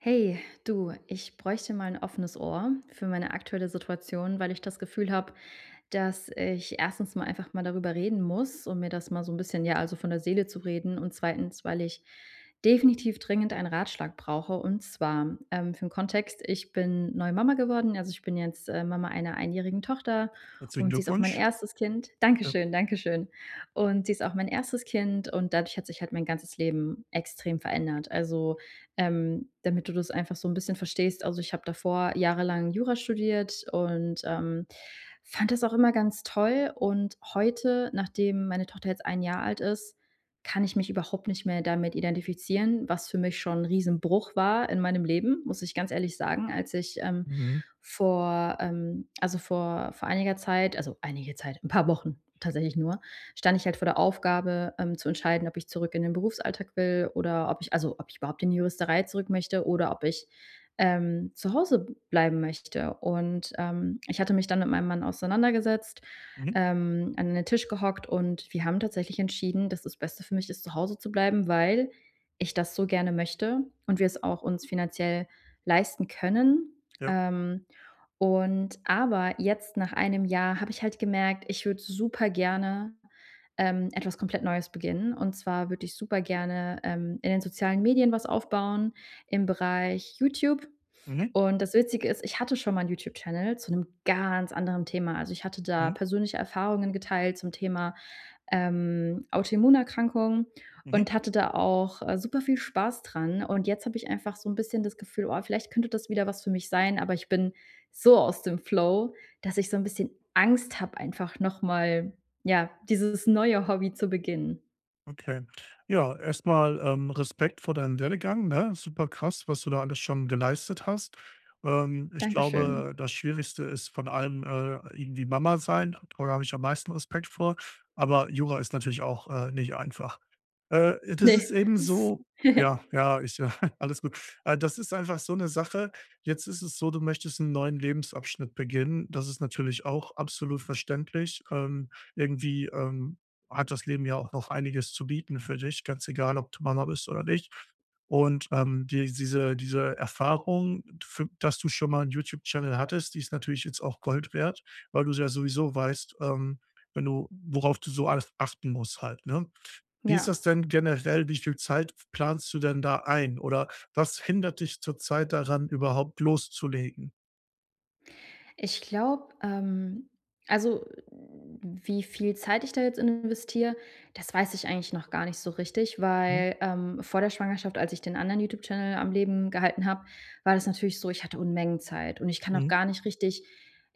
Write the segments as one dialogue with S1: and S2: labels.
S1: Hey, du, ich bräuchte mal ein offenes Ohr für meine aktuelle Situation, weil ich das Gefühl habe, dass ich erstens mal einfach mal darüber reden muss, um mir das mal so ein bisschen ja, also von der Seele zu reden, und zweitens, weil ich definitiv dringend einen Ratschlag brauche. Und zwar, für den Kontext, ich bin neu Mama geworden. Also, ich bin jetzt, Mama einer einjährigen Tochter
S2: Herzlichen
S1: und sie ist auch mein
S2: Glückwunsch.
S1: erstes Kind.
S2: Ja.
S1: Dankeschön, dankeschön. Und sie ist auch mein erstes Kind und dadurch hat sich halt mein ganzes Leben extrem verändert. Also, damit du das einfach so ein bisschen verstehst. Also, ich habe davor jahrelang Jura studiert und, fand das auch immer ganz toll. Und heute, nachdem meine Tochter jetzt ein Jahr alt ist, kann ich mich überhaupt nicht mehr damit identifizieren, was für mich schon ein Riesenbruch war in meinem Leben, muss ich ganz ehrlich sagen, als ich, ähm,
S2: Mhm.
S1: vor ähm, also, vor vor einiger Zeit, also, einige Zeit, ein paar Wochen tatsächlich nur, stand ich halt vor der Aufgabe, zu entscheiden, ob ich zurück in den Berufsalltag will, oder ob ich, also ob ich überhaupt in die Juristerei zurück möchte, oder ob ich zu Hause bleiben möchte. Und ich hatte mich dann mit meinem Mann auseinandergesetzt,
S2: Mhm.
S1: an den Tisch gehockt, und wir haben tatsächlich entschieden, dass das Beste für mich ist, zu Hause zu bleiben, weil ich das so gerne möchte und wir es auch uns finanziell leisten können.
S2: Ja.
S1: Ähm, aber jetzt nach einem Jahr habe ich halt gemerkt, ich würde super gerne etwas komplett Neues beginnen. Und zwar würde ich super gerne in den sozialen Medien was aufbauen im Bereich YouTube.
S2: Mhm.
S1: Und das Witzige ist, ich hatte schon mal einen YouTube-Channel zu einem ganz anderen Thema. Also, ich hatte da
S2: Mhm.
S1: persönliche Erfahrungen geteilt zum Thema Autoimmunerkrankung
S2: Mhm.
S1: und hatte da auch, super viel Spaß dran. Und jetzt habe ich einfach so ein bisschen das Gefühl: „Oh, vielleicht könnte das wieder was für mich sein“, aber ich bin so aus dem Flow, dass ich so ein bisschen Angst habe, einfach noch mal, ja, dieses neue Hobby zu beginnen.
S2: Okay. Ja, erstmal Respekt vor deinem Werdegang, ne? Super krass, was du da alles schon geleistet hast. Ich glaube,
S1: Dankeschön.
S2: das Schwierigste ist von allem, irgendwie Mama sein. Da habe ich am meisten Respekt vor. Aber Jura ist natürlich auch, nicht einfach. Das ist
S1: Ne,
S2: eben
S1: es
S2: so. Ja, ja, ich, ja, alles gut. Das ist einfach so 'ne Sache. Jetzt ist es so, du möchtest 'n neuen Lebensabschnitt beginnen. Das ist natürlich auch absolut verständlich. Irgendwie, hat das Leben ja auch noch einiges zu bieten für dich, ganz egal, ob du Mama bist oder nicht. Und, die diese Erfahrung, für dass du schon mal 'n YouTube-Channel hattest, die ist natürlich jetzt auch Gold wert, weil du ja sowieso weißt, wenn du worauf du so alles achten musst halt, ne? Wie ist
S1: ja.
S2: das denn generell? Wie viel Zeit planst du denn da ein? Oder was hindert dich zurzeit daran, überhaupt loszulegen?
S1: Ich glaube, also wie viel Zeit ich da jetzt investiere, das weiß ich eigentlich noch gar nicht so richtig,
S2: Mhm,
S1: weil vor der Schwangerschaft, als ich den anderen YouTube-Channel am Leben gehalten habe, war das natürlich so, ich hatte Unmengen Zeit. Und ich kann auch
S2: mhm,
S1: gar nicht richtig,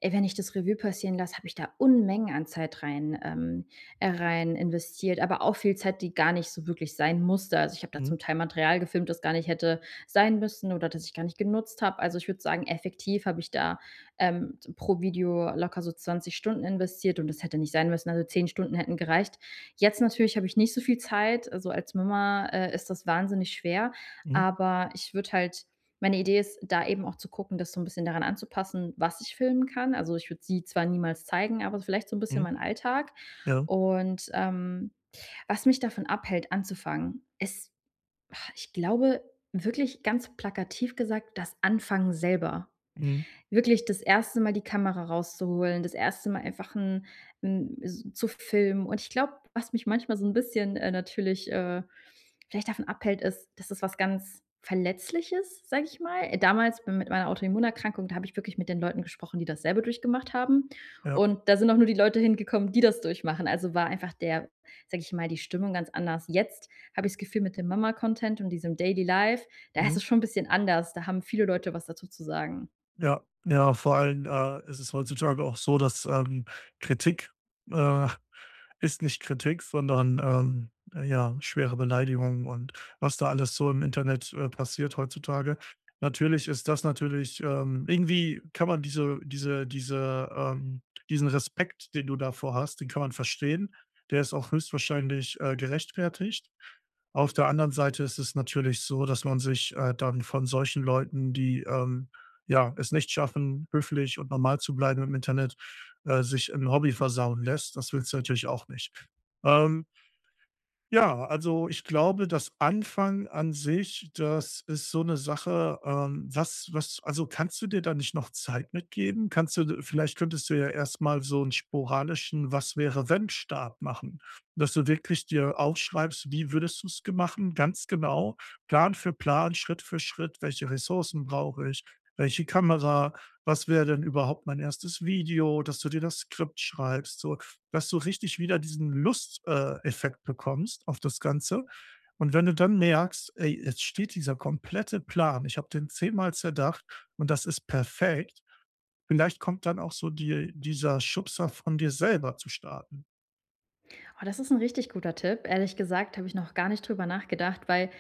S1: ey, wenn ich das Revue passieren lasse, habe ich da Unmengen an Zeit rein, rein investiert, aber auch viel Zeit, die gar nicht so wirklich sein musste. Also ich habe da
S2: mhm,
S1: zum Teil Material gefilmt, das gar nicht hätte sein müssen oder das ich gar nicht genutzt habe. Also ich würde sagen, effektiv habe ich da pro Video locker so 20 Stunden investiert, und das hätte nicht sein müssen. Also 10 Stunden hätten gereicht. Jetzt natürlich habe ich nicht so viel Zeit. Also als Mama ist das wahnsinnig schwer.
S2: mhm,
S1: Aber ich würde halt, meine Idee ist, da eben auch zu gucken, das so ein bisschen daran anzupassen, was ich filmen kann. Also ich würde sie zwar niemals zeigen, aber vielleicht so ein bisschen
S2: mhm,
S1: meinen Alltag.
S2: ja,
S1: Und was mich davon abhält, anzufangen, ist, ich glaube, wirklich ganz plakativ gesagt, das Anfangen selber,
S2: mhm,
S1: wirklich das erste Mal die Kamera rauszuholen, das erste Mal einfach 'n s zu filmen. Und ich glaube, was mich manchmal so ein bisschen, natürlich, vielleicht davon abhält, ist, dass es was ganz Verletzliches, sage ich mal. Damals mit meiner Autoimmunerkrankung, da habe ich wirklich mit den Leuten gesprochen, die das selber durchgemacht haben.
S2: ja,
S1: Und da sind auch nur die Leute hingekommen, die das durchmachen. Also, war einfach der, sage ich mal, die Stimmung ganz anders. Jetzt habe ich das Gefühl, mit dem Mama-Content und diesem Daily Life, da ist es
S2: mhm.
S1: schon ein bisschen anders. Da haben viele Leute was dazu zu sagen.
S2: Ja, ja, vor allem, ist es heutzutage auch so, dass, Kritik, äh, ist nicht Kritik, sondern, ja, schwere Beleidigungen und was da alles so im Internet, passiert heutzutage. Natürlich ist das natürlich, irgendwie kann man diese diesen Respekt, den du davor hast, den kann man verstehen. Der ist auch höchstwahrscheinlich, gerechtfertigt. Auf der anderen Seite ist es natürlich so, dass man sich, dann von solchen Leuten, die, ja, es nicht schaffen, höflich und normal zu bleiben im Internet, sich ein Hobby versauen lässt. Das willst du natürlich auch nicht. Ähm ja, also ich glaube, das Anfang an sich, das ist so eine Sache, was also kannst du dir da nicht noch Zeit mitgeben? Kannst du vielleicht könntest du ja erst mal so einen sporadischen Was-wäre-wenn-Start machen, dass du wirklich dir aufschreibst, wie würdest du es machen, ganz genau, Plan für Plan, Schritt für Schritt, welche Ressourcen brauche ich, welche Kamera, was wäre denn überhaupt mein erstes Video, dass du dir das Skript schreibst, so dass du richtig wieder diesen Lusteffekt Effekt bekommst auf das Ganze. Und wenn du dann merkst, ey, jetzt steht dieser komplette Plan, ich habe den zehnmal zerdacht und das ist perfekt, vielleicht kommt dann auch so dieser Schubser von dir selber zu starten.
S1: Oh, das ist ein richtig guter Tipp. Ehrlich gesagt habe ich noch gar nicht drüber nachgedacht, weil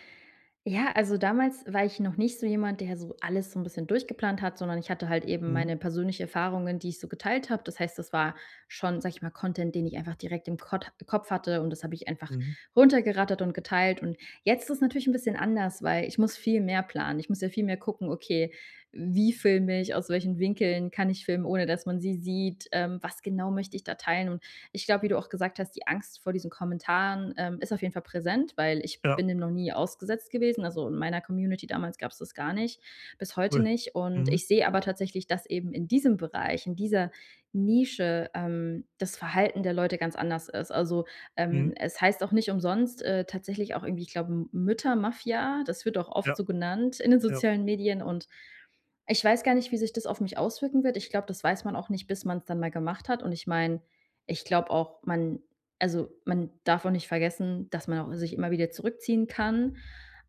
S1: ja, also damals war ich noch nicht so jemand, der so alles so ein bisschen durchgeplant hat, sondern ich hatte halt eben
S2: Mhm.
S1: meine persönlichen Erfahrungen, die ich so geteilt habe. Das heißt, das war schon, sage ich mal, Content, den ich einfach direkt im Kot Kopf hatte, und das habe ich einfach
S2: Mhm.
S1: runtergerattert und geteilt. Und jetzt ist es natürlich ein bisschen anders, weil ich muss viel mehr planen. Ich muss ja viel mehr gucken: „Okay, wie filme ich? Aus welchen Winkeln kann ich filmen, ohne dass man sie sieht? Was genau möchte ich da teilen?“ Und ich glaube, wie du auch gesagt hast, die Angst vor diesen Kommentaren, ist auf jeden Fall präsent, weil ich
S2: Ja,
S1: bin dem noch nie ausgesetzt gewesen. Also, in meiner Community damals gab es das gar nicht, bis heute
S2: cool.
S1: nicht. Und
S2: Mhm.
S1: ich sehe aber tatsächlich, dass eben in diesem Bereich, in dieser Nische, das Verhalten der Leute ganz anders ist. Also,
S2: Mhm.
S1: es heißt auch nicht umsonst, tatsächlich auch irgendwie, ich glaube, Müttermafia, das wird auch oft
S2: Ja,
S1: so genannt in den
S2: ja.
S1: sozialen Medien. Und ich weiß gar nicht, wie sich das auf mich auswirken wird. Ich glaube, das weiß man auch nicht, bis man es dann mal gemacht hat. Und ich meine, ich glaube auch, man, also, man darf auch nicht vergessen, dass man auch sich immer wieder zurückziehen kann.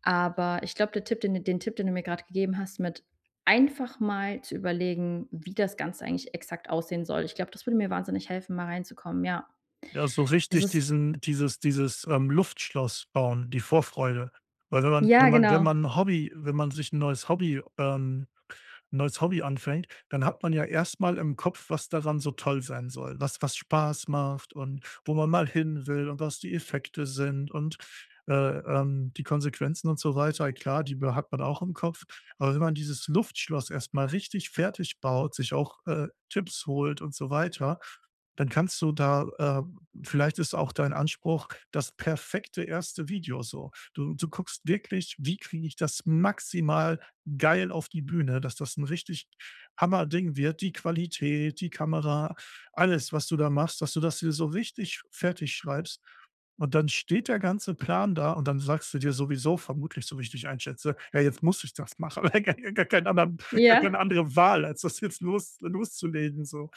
S1: Aber ich glaube, der Tipp, den den du mir gerade gegeben hast, mit einfach mal zu überlegen, wie das Ganze eigentlich exakt aussehen soll. Ich glaube, das würde mir wahnsinnig helfen, mal reinzukommen, ja.
S2: Ja, so
S1: Es
S2: richtig
S1: ist
S2: dieses Luftschloss bauen, die Vorfreude. Weil wenn man, wenn
S1: ja,
S2: man, wenn
S1: genau.
S2: man wenn man sich ein neues Hobby 'n neues Hobby anfängt, dann hat man ja erstmal im Kopf, was daran so toll sein soll, was Spaß macht und wo man mal hin will und was die Effekte sind und, die Konsequenzen und so weiter. Klar, die be hat man auch im Kopf, aber wenn man dieses Luftschloss erstmal richtig fertig baut, sich auch, Tipps holt und so weiter, dann kannst du da, vielleicht ist auch dein Anspruch das perfekte erste Video so. Du guckst wirklich: „Wie kriege ich das maximal geil auf die Bühne, dass das 'n richtig Hammerding wird. Die Qualität, die Kamera, alles, was du da machst, dass du das dir so richtig fertig schreibst. Und dann steht der ganze Plan da und dann sagst du dir sowieso vermutlich, so wie ich dich einschätze: „Ja, jetzt muss ich das machen, weil gar keinen anderen gar
S1: Ja.
S2: keine andere Wahl, als das jetzt loszulegen", so.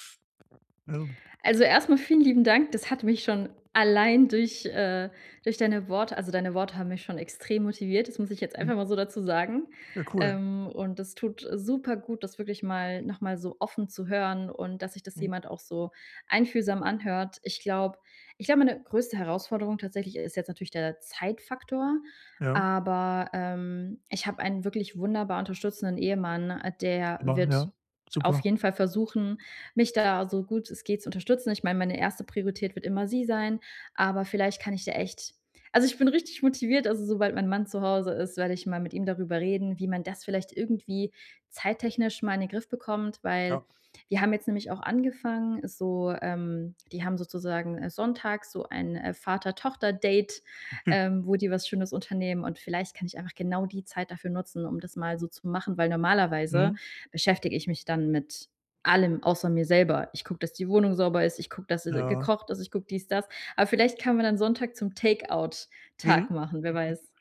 S2: Ja,
S1: Also, erstmal vielen lieben Dank. Das hat mich schon allein durch, durch deine Worte, also, deine Worte haben mich schon extrem motiviert. Das muss ich jetzt
S2: mhm,
S1: einfach mal so dazu sagen.
S2: ja, cool.
S1: Und das tut super gut, das wirklich mal noch mal so offen zu hören und dass sich das
S2: Mhm,
S1: jemand auch so einfühlsam anhört. Ich glaube, meine größte Herausforderung tatsächlich ist jetzt natürlich der Zeitfaktor,
S2: ja,
S1: aber, ich habe einen wirklich wunderbar unterstützenden Ehemann, der
S2: aber
S1: wird
S2: ja,
S1: auf
S2: super.
S1: jeden Fall versuchen, mich da so gut es geht zu unterstützen. Ich meine, meine erste Priorität wird immer sie sein, aber vielleicht kann ich da echt, also, ich bin richtig motiviert. Also, sobald mein Mann zu Hause ist, werde ich mal mit ihm darüber reden, wie man das vielleicht irgendwie zeittechnisch mal in den Griff bekommt, weil
S2: Ja.
S1: wir haben jetzt nämlich auch angefangen, ist so, die haben sozusagen sonntags so ein Vater-Tochter-Date, wo die was Schönes unternehmen, und vielleicht kann ich einfach genau die Zeit dafür nutzen, um das mal so zu machen, weil normalerweise
S2: Mhm,
S1: beschäftige ich mich dann mit allem außer mir selber. Ich gucke, dass die Wohnung sauber ist, ich gucke, dass
S2: ja.
S1: gekocht ist, ich gucke dies, das. Aber vielleicht kann man dann Sonntag zum Takeout-Tag
S2: Mhm.
S1: machen, wer weiß.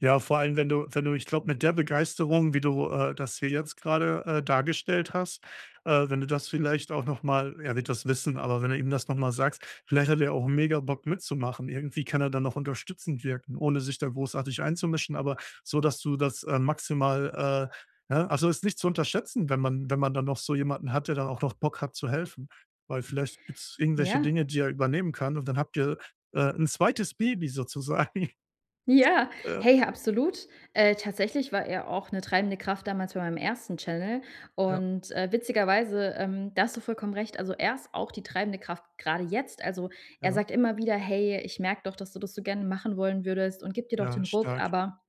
S2: Ja, vor allem, wenn du ich glaube, mit der Begeisterung, wie du, das hier jetzt gerade dargestellt hast, wenn du das vielleicht auch noch mal, er wird das wissen, aber wenn du ihm das noch mal sagst, vielleicht hat er auch mega Bock mitzumachen. Irgendwie kann er dann noch unterstützend wirken, ohne sich da großartig einzumischen, aber so, dass du das, maximal, ne? Also, ist nicht zu unterschätzen, wenn man dann noch so jemanden hat, der dann auch noch Bock hat zu helfen, weil vielleicht gibt es irgendwelche
S1: Ja,
S2: Dinge, die er übernehmen kann und dann habt ihr, 'n zweites Baby sozusagen.
S1: ja.
S2: Äh,
S1: Hey, ja, absolut. Tatsächlich war er auch eine treibende Kraft damals bei meinem ersten Channel,
S2: ja,
S1: und, witzigerweise, da hast du vollkommen recht. Also, er ist auch die treibende Kraft gerade jetzt. Also, er
S2: ja.
S1: sagt immer wieder: „Hey, ich merke doch, dass du das so gerne machen wollen würdest und gib dir doch
S2: Ja,
S1: den Ruck.“
S2: stark.
S1: Aber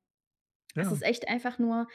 S1: es ist
S2: Ja.
S1: echt einfach nur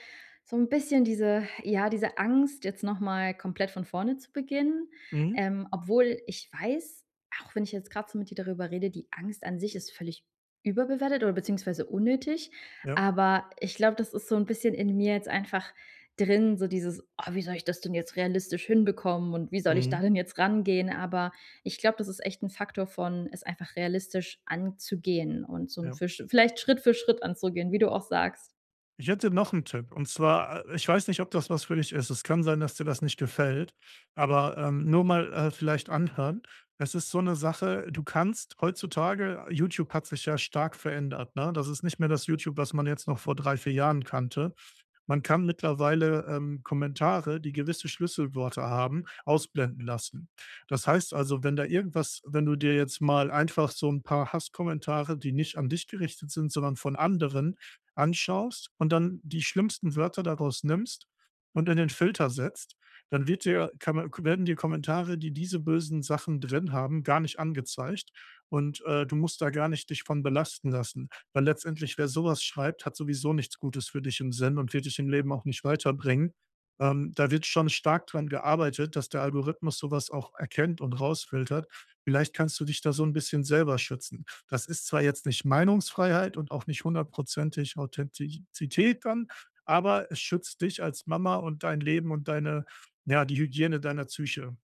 S1: so ein bisschen diese ja, diese Angst, jetzt noch mal komplett von vorne zu beginnen.
S2: Mhm.
S1: Obwohl ich weiß, auch wenn ich jetzt gerade so mit dir darüber rede, die Angst an sich ist völlig überbewertet oder beziehungsweise unnötig.
S2: Ja.
S1: Aber ich glaube, das ist so ein bisschen in mir jetzt einfach drin, so dieses: „Oh, wie soll ich das denn jetzt realistisch hinbekommen und wie soll ich da
S2: Mhm.
S1: denn jetzt rangehen?“ Aber ich glaube, das ist echt ein Faktor von, es einfach realistisch anzugehen und so 'n
S2: Ja.
S1: für Sch vielleicht Schritt für Schritt anzugehen, wie du auch sagst.
S2: Ich hätte noch einen Tipp und zwar, ich weiß nicht, ob das was für dich ist. Es kann sein, dass dir das nicht gefällt, aber, nur mal, vielleicht anhören. Es ist so eine Sache, du kannst heutzutage YouTube hat sich ja stark verändert, ne? Das ist nicht mehr das YouTube, was man jetzt noch vor 3 4 Jahren kannte. Man kann mittlerweile, Kommentare, die gewisse Schlüsselwörter haben, ausblenden lassen. Das heißt also, wenn da irgendwas wenn du dir jetzt mal einfach so ein paar Hasskommentare, die nicht an dich gerichtet sind, sondern von anderen anschaust und dann die schlimmsten Wörter daraus nimmst und in den Filter setzt, dann wird dir, kann man, werden dir Kommentare, die diese bösen Sachen drin haben, gar nicht angezeigt. Und du musst da gar nicht dich von belasten lassen. Weil letztendlich, wer sowas schreibt, hat sowieso nichts Gutes für dich im Sinn und wird dich im Leben auch nicht weiterbringen. Da wird schon stark dran gearbeitet, dass der Algorithmus sowas auch erkennt und rausfiltert. Vielleicht kannst du dich da so ein bisschen selber schützen. Das ist zwar jetzt nicht Meinungsfreiheit und auch nicht hundertprozentig Authentizität dann, aber es schützt dich als Mama und dein Leben und deine ja, die Hygiene deiner Psyche.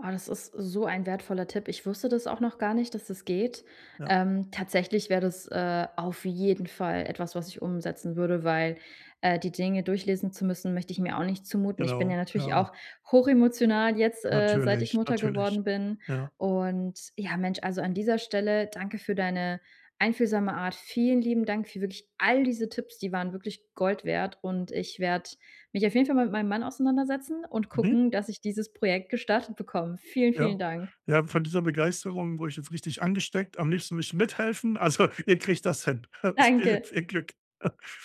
S1: Oh, das ist so ein wertvoller Tipp. Ich wusste das auch noch gar nicht, dass das geht.
S2: Ja,
S1: Tatsächlich wäre das auf jeden Fall etwas, was ich umsetzen würde, weil die Dinge durchlesen zu müssen, möchte ich mir auch nicht zumuten. Ich bin ja
S2: genau.
S1: natürlich
S2: Ja,
S1: auch hochemotional jetzt, seit ich
S2: natürlich,
S1: Mutter
S2: natürlich.
S1: geworden bin.
S2: Ja.
S1: Und ja, Mensch, also an dieser Stelle danke für deine einfühlsame Art. Vielen lieben Dank für wirklich all diese Tipps. Die waren wirklich Gold wert. Und ich werde mich auf jeden Fall mal mit meinem Mann auseinandersetzen und
S2: Mhm.
S1: gucken, dass ich dieses Projekt gestartet bekomme. Vielen, vielen
S2: Ja.
S1: Dank.
S2: Ja, von dieser Begeisterung wurde ich jetzt richtig angesteckt. Am liebsten würde ich mithelfen. Also, ihr kriegt das hin.
S1: Danke.
S2: Viel, viel Glück.